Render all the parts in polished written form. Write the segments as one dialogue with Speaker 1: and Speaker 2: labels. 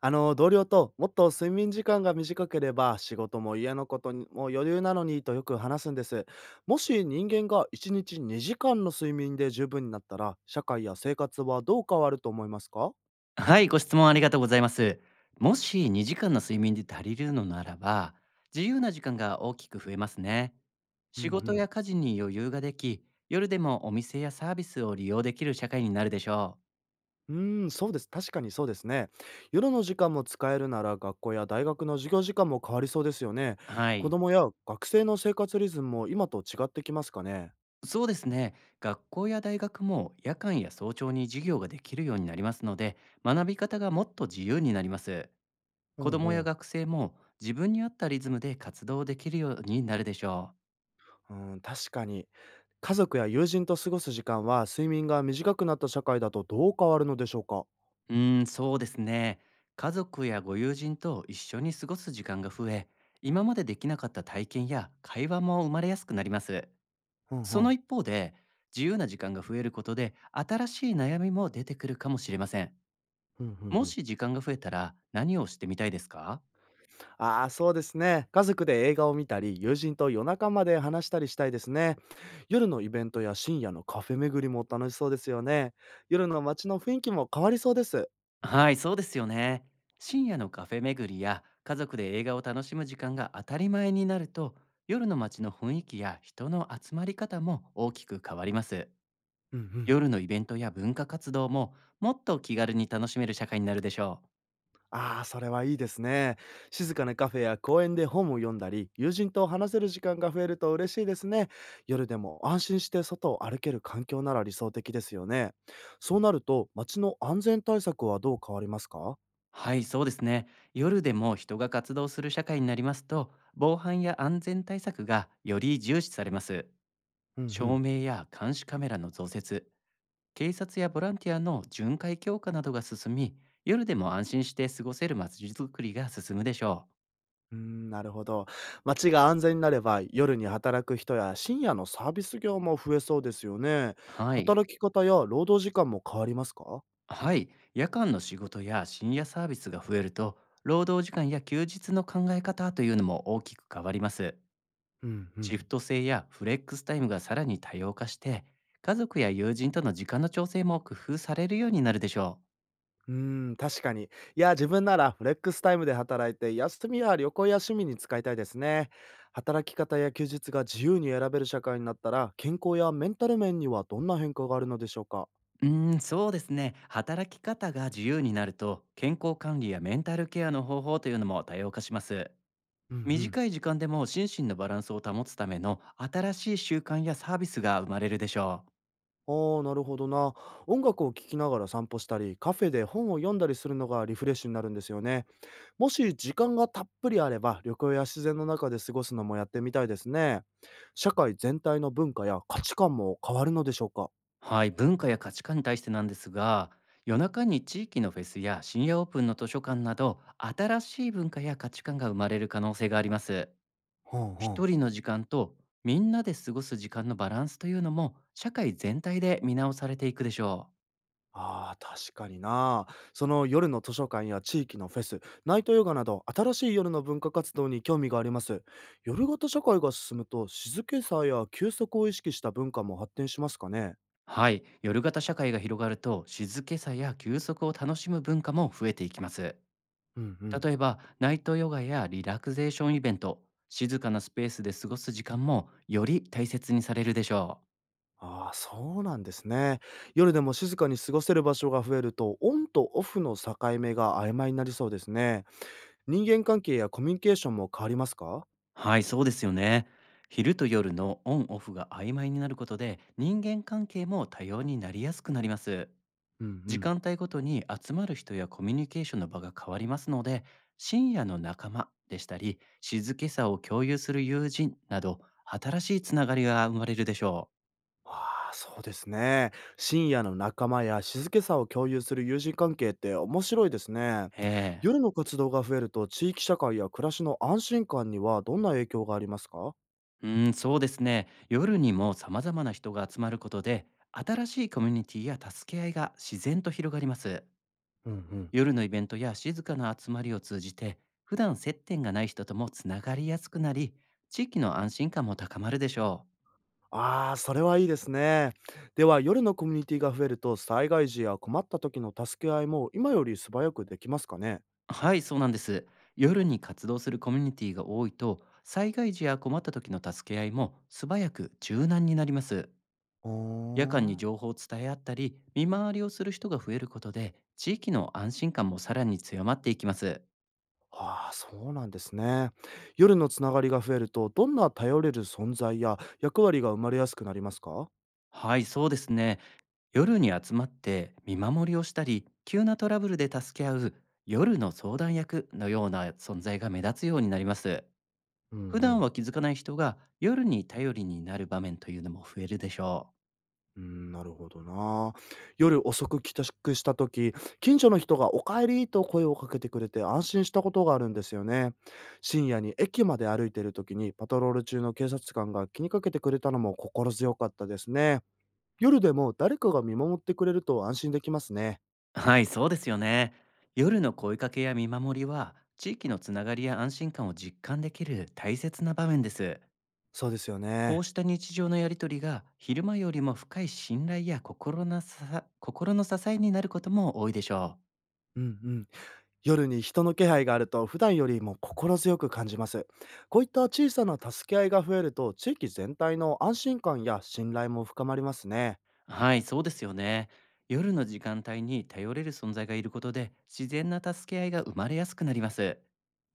Speaker 1: 同僚ともっと睡眠時間が短ければ仕事も家のことにも余裕なのにとよく話すんです。もし人間が1日2時間の睡眠で十分になったら、社会や生活はどう変わると思いますか？
Speaker 2: はい、ご質問ありがとうございます。もし2時間の睡眠で足りるのならば、自由な時間が大きく増えますね。
Speaker 1: うんう
Speaker 2: 仕事
Speaker 1: ん。
Speaker 2: や家事に余裕ができ、夜でもお店やサービスを利用できる社会になるでしょ
Speaker 1: うーん、そうです。確かにそうですね。夜の時間も使えるなら学校や大学の授業時間も変わりそうですよね。
Speaker 2: う。は
Speaker 1: 子
Speaker 2: い。
Speaker 1: 供や学生の生活リズムも今と違ってきますかね。
Speaker 2: そうですね。学校や大学も夜間や早朝に授業ができるようになりますので、学び方がもっと自由になります。
Speaker 1: う
Speaker 2: 子
Speaker 1: ん
Speaker 2: ど
Speaker 1: う
Speaker 2: もや
Speaker 1: ん。
Speaker 2: 学生も自分に合ったリズムで活動できるようになるでしょう。
Speaker 1: うん、確かに。家族や友人と過ごす時間は睡眠が短くなった社会だとどう変わるのでしょうか？
Speaker 2: そうですね。家族やご友人と一緒に過ごす時間が増え、今までできなかった体験や会話も生まれやすくなります。
Speaker 1: うんう
Speaker 2: その
Speaker 1: ん。
Speaker 2: 一方で、自由な時間が増えることで、新しい悩みも出てくるかもしれません。
Speaker 1: うんうん
Speaker 2: も
Speaker 1: うん。
Speaker 2: し時間が増えたら、何をしてみたいですか？
Speaker 1: ああ、そうですね。家族で映画を見たり、友人と夜中まで話したりしたいですね。夜のイベントや深夜のカフェ巡りも楽しそうですよね。夜の街の雰囲気も変わりそうです。
Speaker 2: はい、そうですよね。深夜のカフェ巡りや家族で映画を楽しむ時間が当たり前になると、夜の街の雰囲気や人の集まり方も大きく変わります。
Speaker 1: うんうん。
Speaker 2: 夜のイベントや文化活動ももっと気軽に楽しめる社会になるでしょう。
Speaker 1: ああ、それはいいですね。静かなカフェや公園で本を読んだり、友人と話せる時間が増えると嬉しいですね。夜でも安心して外を歩ける環境なら理想的ですよね。そうなると、街の安全対策はどう変わりますか？
Speaker 2: はい、そうですね。夜でも人が活動する社会になりますと、防犯や安全対策がより重視されます。
Speaker 1: うんう
Speaker 2: 照
Speaker 1: ん。
Speaker 2: 明や監視カメラの増設、警察やボランティアの巡回強化などが進み、夜でも安心して過ごせる街づくりが進むでしょ
Speaker 1: うーん、なるほど。街が安全になれば、夜に働く人や深夜のサービス業も増えそうですよね。
Speaker 2: う。はい。
Speaker 1: 働き方や労働時間も変わりますか？
Speaker 2: はい。夜間の仕事や深夜サービスが増えると、労働時間や休日の考え方というのも大きく変わります。
Speaker 1: うんう
Speaker 2: シ
Speaker 1: ん。
Speaker 2: フト制やフレックスタイムがさらに多様化して、家族や友人との時間の調整も工夫されるようになるでしょ
Speaker 1: うーん、確かに。いや、自分ならフレックスタイムで働いて、休みや旅行や趣味に使いたいですね。働き方や休日が自由に選べる社会になったら、健康やメンタル面にはどんな変化があるのでしょうか？
Speaker 2: う。そうですね。働き方が自由になると、健康管理やメンタルケアの方法というのも多様化します。
Speaker 1: うんうん。
Speaker 2: 短い時間でも心身のバランスを保つための新しい習慣やサービスが生まれるでしょ
Speaker 1: ああ、なるほどな。音楽を聴きながら散歩したり、カフェで本を読んだりするのがリフレッシュになるんですよね。もし時間がたっぷりあれば、旅行や自然の中で過ごすのもやってみたいですね。社会全体の文化や価値観も変わるのでしょうか？
Speaker 2: う。はい、文化や価値観に対してなんですが、夜中に地域のフェスや深夜オープンの図書館など、新しい文化や価値観が生まれる可能性があります。
Speaker 1: うん。はあは
Speaker 2: 一人
Speaker 1: あ。
Speaker 2: の時間とみんなで過ごす時間のバランスというのも社会全体で見直されていくでしょう。
Speaker 1: ああ、確かにな。その夜の図書館や地域のフェス、ナイトヨガなど新しい夜の文化活動に興味があります。夜型社会が進むと静けさや休息を意識した文化も発展しますかね。
Speaker 2: はい、夜型社会が広がると静けさや休息を楽しむ文化も増えていきます。
Speaker 1: うんうん。
Speaker 2: 例えばナイトヨガやリラクゼーションイベント、静かなスペースで過ごす時間もより大切にされるでしょ
Speaker 1: ああ、そうなんですね。夜でも静かに過ごせる場所が増えると、オンとオフの境目が曖昧になりそうですね。人間関係やコミュニケーションも変わりますか？
Speaker 2: う。はい、そうですよね。昼と夜のオンオフが曖昧になることで人間関係も多様になりやすくなります。
Speaker 1: うんう
Speaker 2: 時
Speaker 1: ん。
Speaker 2: 間帯ごとに集まる人やコミュニケーションの場が変わりますので、深夜の仲間でしたり、静けさを共有する友人など、新しいつながりが生まれるでしょ
Speaker 1: ああ、そうですね。深夜の仲間や静けさを共有する友人関係って面白いですね。
Speaker 2: う。ええ。
Speaker 1: 夜の活動が増えると地域社会や暮らしの安心感にはどんな影響がありますか？
Speaker 2: そうですね。夜にも様々な人が集まることで、新しいコミュニティや助け合いが自然と広がります。
Speaker 1: うんうん。
Speaker 2: 夜のイベントや静かな集まりを通じて、普段接点がない人ともつながりやすくなり、地域の安心感も高まるでしょう。
Speaker 1: ああ、それはいいですね。では夜のコミュニティが増えると災害時や困った時の助け合いも今より素早くできますかね？
Speaker 2: はい、そうなんです。夜に活動するコミュニティが多いと、災害時や困った時の助け合いも素早く柔軟になります。
Speaker 1: うー
Speaker 2: 夜間に
Speaker 1: ん。
Speaker 2: 情報を伝え合ったり、見回りをする人が増えることで、地域の安心感もさらに強まっていきます。
Speaker 1: ああ、そうなんですね。夜のつながりが増えるとどんな頼れる存在や役割が生まれやすくなりますか？
Speaker 2: はい、そうですね。夜に集まって見守りをしたり、急なトラブルで助け合う夜の相談役のような存在が目立つようになります。
Speaker 1: うんう
Speaker 2: 普段
Speaker 1: ん。
Speaker 2: は気づかない人が夜に頼りになる場面というのも増えるでしょう。
Speaker 1: うーん、なるほどな。夜遅く帰宅した時、近所の人がお帰りと声をかけてくれて安心したことがあるんですよね。深夜に駅まで歩いてる時にパトロール中の警察官が気にかけてくれたのも心強かったですね。夜でも誰かが見守ってくれると安心できますね。
Speaker 2: はい、そうですよね。夜の声かけや見守りは、地域のつながりや安心感を実感できる大切な場面です。
Speaker 1: そうですよ
Speaker 2: こう
Speaker 1: ね。
Speaker 2: した日常のやりとりが、昼間よりも深い信頼や心なさ心の支えになることも多いでしょ
Speaker 1: うんうん。夜に人の気配があると普段よりも心強く感じます。こういった小さな助け合いが増えると地域全体の安心感や信頼も深まりますね。
Speaker 2: う。はい、そうですよね。夜の時間帯に頼れる存在がいることで、自然な助け合いが生まれやすくなります。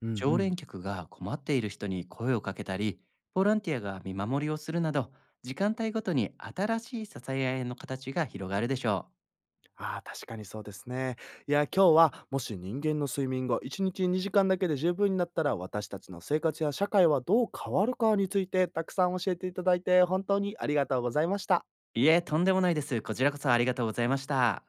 Speaker 1: うんう
Speaker 2: 常連
Speaker 1: ん。
Speaker 2: 客が困っている人に声をかけたり、ボランティアが見守りをするなど、時間帯ごとに新しい支え合いの形が広がるでしょ
Speaker 1: ああ、確かにそうですね。いや、今日はもし人間の睡眠が1日2時間だけで十分になったら、私たちの生活や社会はどう変わるかについてたくさん教えていただいて、本当にありがとうございました。
Speaker 2: う。いえ、とんでもないです。こちらこそありがとうございました。